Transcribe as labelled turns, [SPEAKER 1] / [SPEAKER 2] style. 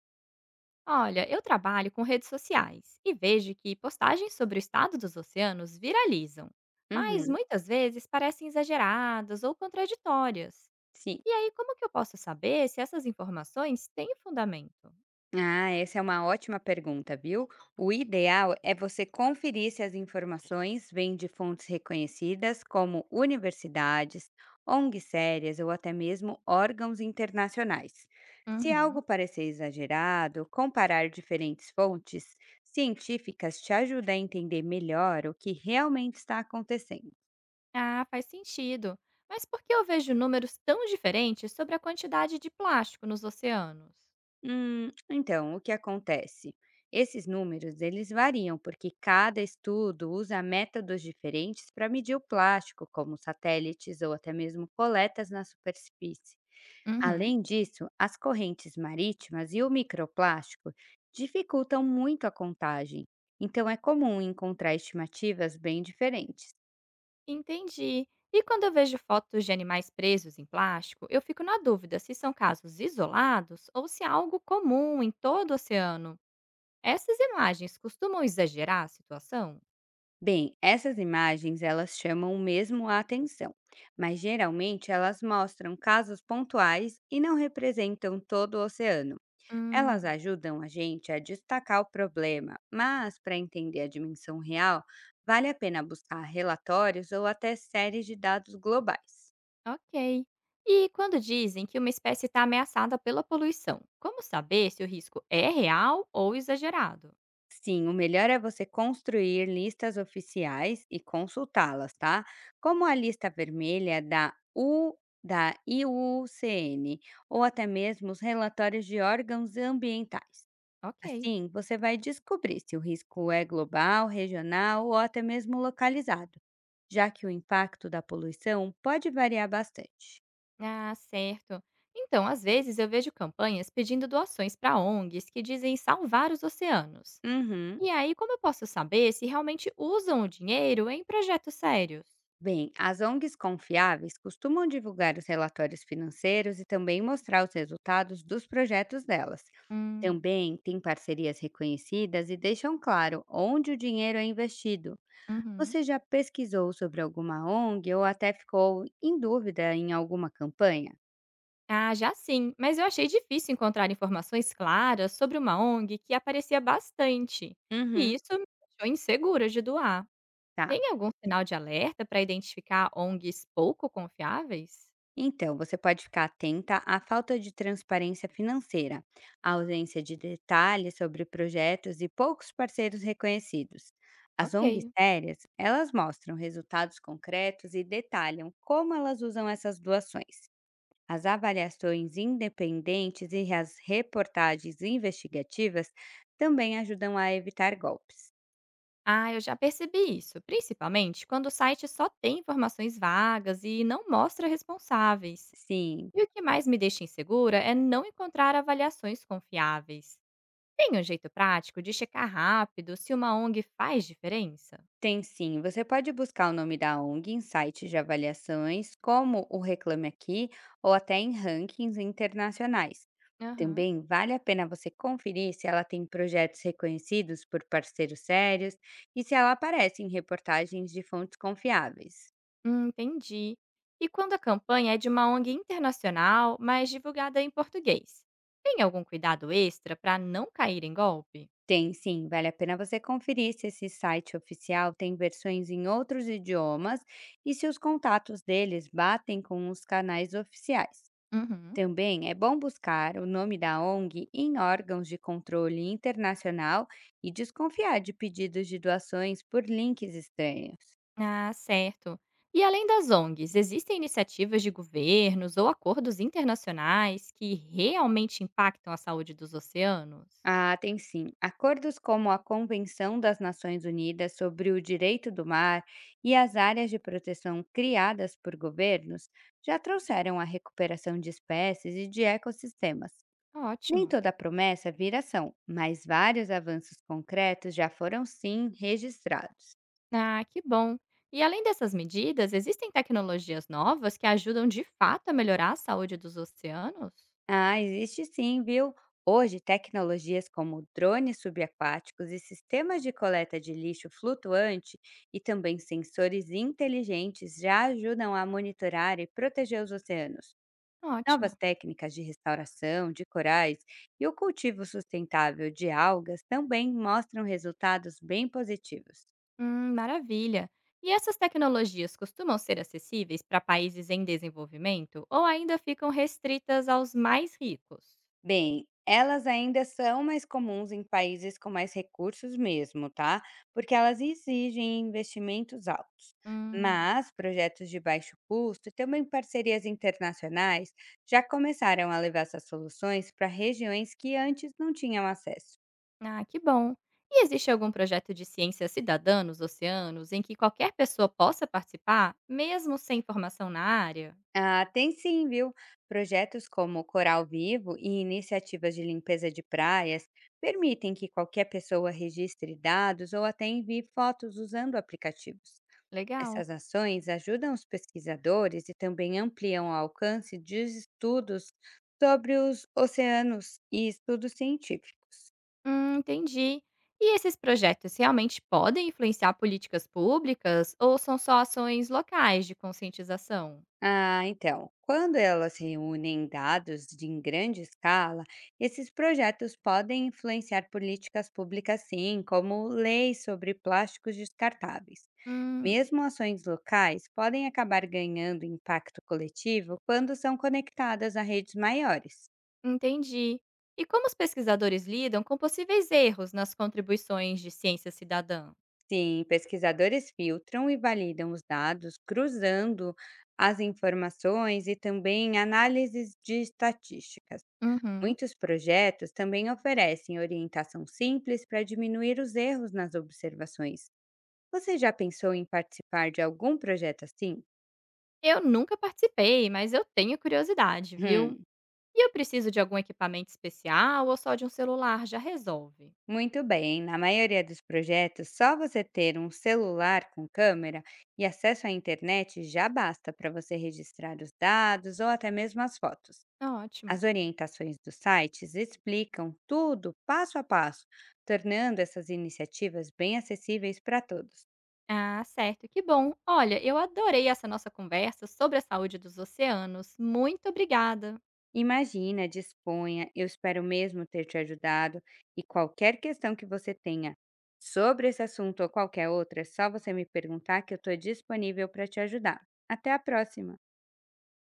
[SPEAKER 1] Olha, eu trabalho com redes sociais e vejo que postagens sobre o estado dos oceanos viralizam, mas
[SPEAKER 2] Uhum,
[SPEAKER 1] muitas vezes parecem exageradas ou contraditórias.
[SPEAKER 2] sim.
[SPEAKER 1] E aí, como que eu posso saber se essas informações têm fundamento?
[SPEAKER 2] Ah, essa é uma ótima pergunta, viu? O ideal é você conferir se as informações vêm de fontes reconhecidas, como universidades, ONGs sérias ou até mesmo órgãos internacionais. Se algo
[SPEAKER 1] Uhum.
[SPEAKER 2] parecer exagerado, comparar diferentes fontes científicas te ajuda a entender melhor o que realmente está acontecendo.
[SPEAKER 1] Ah, faz sentido. Mas por que eu vejo números tão diferentes sobre a quantidade de plástico nos oceanos?
[SPEAKER 2] Então, o que acontece? Esses números, eles variam porque cada estudo usa métodos diferentes para medir o plástico, como satélites ou até mesmo coletas na superfície.
[SPEAKER 1] Uhum.
[SPEAKER 2] Além disso, as correntes marítimas e o microplástico dificultam muito a contagem, então é comum encontrar estimativas bem diferentes.
[SPEAKER 1] Entendi. E quando eu vejo fotos de animais presos em plástico, eu fico na dúvida se são casos isolados ou se é algo comum em todo o oceano. Essas imagens costumam exagerar a situação?
[SPEAKER 2] Bem, essas imagens elas chamam mesmo a atenção, mas geralmente elas mostram casos pontuais e não representam todo o oceano. Elas
[SPEAKER 1] Hum,
[SPEAKER 2] ajudam a gente a destacar o problema, mas para entender a dimensão real, vale a pena buscar relatórios ou até séries de dados globais.
[SPEAKER 1] ok. E quando dizem que uma espécie está ameaçada pela poluição, como saber se o risco é real ou exagerado?
[SPEAKER 2] Sim, o melhor é você construir listas oficiais e consultá-las, tá? Como a lista vermelha da U da IUCN ou até mesmo os relatórios de órgãos ambientais.
[SPEAKER 1] Ok.
[SPEAKER 2] Assim, você vai descobrir se o risco é global, regional ou até mesmo localizado, já que o impacto da poluição pode variar bastante.
[SPEAKER 1] Ah, certo. Então, às vezes eu vejo campanhas pedindo doações para ONGs que dizem salvar os oceanos.
[SPEAKER 2] Uhum.
[SPEAKER 1] E aí, como eu posso saber se realmente usam o dinheiro em projetos sérios?
[SPEAKER 2] Bem, as ONGs confiáveis costumam divulgar os relatórios financeiros e também mostrar os resultados dos projetos delas.
[SPEAKER 1] Hum,
[SPEAKER 2] Também têm parcerias reconhecidas e deixam claro onde o dinheiro é investido.
[SPEAKER 1] uhum.
[SPEAKER 2] Você já pesquisou sobre alguma ONG ou até ficou em dúvida em alguma campanha?
[SPEAKER 1] Ah, já sim, mas eu achei difícil encontrar informações claras sobre uma ONG que aparecia bastante. E
[SPEAKER 2] Uhum.
[SPEAKER 1] isso me deixou insegura de doar.
[SPEAKER 2] Tá.
[SPEAKER 1] Tem algum sinal de alerta para identificar ONGs pouco confiáveis?
[SPEAKER 2] Então, você pode ficar atenta à falta de transparência financeira, à ausência de detalhes sobre projetos e poucos parceiros reconhecidos. As ONGs
[SPEAKER 1] Ok.
[SPEAKER 2] sérias, elas mostram resultados concretos e detalham como elas usam essas doações. As avaliações independentes e as reportagens investigativas também ajudam a evitar golpes.
[SPEAKER 1] Ah, eu já percebi isso, principalmente quando o site só tem informações vagas e não mostra responsáveis.
[SPEAKER 2] Sim,
[SPEAKER 1] E o que mais me deixa insegura é não encontrar avaliações confiáveis. Tem um jeito prático de checar rápido se uma ONG faz diferença?
[SPEAKER 2] tem sim, você pode buscar o nome da ONG em sites de avaliações, como o Reclame Aqui, ou até em rankings internacionais.
[SPEAKER 1] Aham.
[SPEAKER 2] Também vale a pena você conferir se ela tem projetos reconhecidos por parceiros sérios e se ela aparece em reportagens de fontes confiáveis.
[SPEAKER 1] Entendi. E quando a campanha é de uma ONG internacional, mas divulgada em português? Tem algum cuidado extra para não cair em golpe?
[SPEAKER 2] Tem sim, vale a pena você conferir se esse site oficial tem versões em outros idiomas e se os contatos deles batem com os canais oficiais.
[SPEAKER 1] Uhum.
[SPEAKER 2] Também é bom buscar o nome da ONG em órgãos de controle internacional e desconfiar de pedidos de doações por links estranhos.
[SPEAKER 1] Ah, certo. E além das ONGs, existem iniciativas de governos ou acordos internacionais que realmente impactam a saúde dos oceanos?
[SPEAKER 2] Ah, tem sim. Acordos como a Convenção das Nações Unidas sobre o Direito do Mar e as áreas de proteção criadas por governos já trouxeram a recuperação de espécies e de ecossistemas. Nem
[SPEAKER 1] Ótimo.
[SPEAKER 2] toda promessa vira ação, mas vários avanços concretos já foram sim registrados.
[SPEAKER 1] Ah, que bom. E além dessas medidas, existem tecnologias novas que ajudam de fato a melhorar a saúde dos oceanos?
[SPEAKER 2] Ah, existe sim, viu? Hoje, tecnologias como drones subaquáticos e sistemas de coleta de lixo flutuante e também sensores inteligentes já ajudam a monitorar e proteger os oceanos. Novas
[SPEAKER 1] Ótimo.
[SPEAKER 2] técnicas de restauração de corais e o cultivo sustentável de algas também mostram resultados bem positivos.
[SPEAKER 1] Maravilha. E essas tecnologias costumam ser acessíveis para países em desenvolvimento ou ainda ficam restritas aos mais ricos?
[SPEAKER 2] Bem, elas ainda são mais comuns em países com mais recursos mesmo, tá? Porque elas exigem investimentos altos.
[SPEAKER 1] Hum,
[SPEAKER 2] Mas projetos de baixo custo e também parcerias internacionais já começaram a levar essas soluções para regiões que antes não tinham acesso.
[SPEAKER 1] ah, que bom. E existe algum projeto de ciência cidadã nos oceanos em que qualquer pessoa possa participar, mesmo sem formação na área?
[SPEAKER 2] Ah, tem sim, viu? Projetos como Coral Vivo e iniciativas de limpeza de praias permitem que qualquer pessoa registre dados ou até envie fotos usando aplicativos.
[SPEAKER 1] Legal.
[SPEAKER 2] Essas ações ajudam os pesquisadores e também ampliam o alcance de estudos sobre os oceanos e estudos científicos.
[SPEAKER 1] Entendi. E esses projetos realmente podem influenciar políticas públicas ou são só ações locais de conscientização?
[SPEAKER 2] Ah, então, quando elas reúnem dados de em grande escala, esses projetos podem influenciar políticas públicas, sim, como leis sobre plásticos descartáveis.
[SPEAKER 1] Hum,
[SPEAKER 2] Mesmo ações locais podem acabar ganhando impacto coletivo quando são conectadas a redes maiores.
[SPEAKER 1] entendi. E como os pesquisadores lidam com possíveis erros nas contribuições de ciência cidadã?
[SPEAKER 2] Sim, pesquisadores filtram e validam os dados cruzando as informações e também análises de estatísticas.
[SPEAKER 1] Uhum.
[SPEAKER 2] Muitos projetos também oferecem orientação simples para diminuir os erros nas observações. Você já pensou em participar de algum projeto assim?
[SPEAKER 1] Eu nunca participei, mas eu tenho curiosidade, viu?
[SPEAKER 2] Hum,
[SPEAKER 1] E eu preciso de algum equipamento especial ou só de um celular já resolve?
[SPEAKER 2] muito bem, na maioria dos projetos, só você ter um celular com câmera e acesso à internet já basta para você registrar os dados ou até mesmo as fotos. As
[SPEAKER 1] Ótimo.
[SPEAKER 2] orientações dos sites explicam tudo passo a passo, tornando essas iniciativas bem acessíveis para todos.
[SPEAKER 1] Ah, certo, que bom. Olha, eu adorei essa nossa conversa sobre a saúde dos oceanos. Muito obrigada.
[SPEAKER 2] Imagina, disponha, eu espero mesmo ter te ajudado e qualquer questão que você tenha sobre esse assunto ou qualquer outra, é só você me perguntar que eu estou disponível para te ajudar. Até a próxima!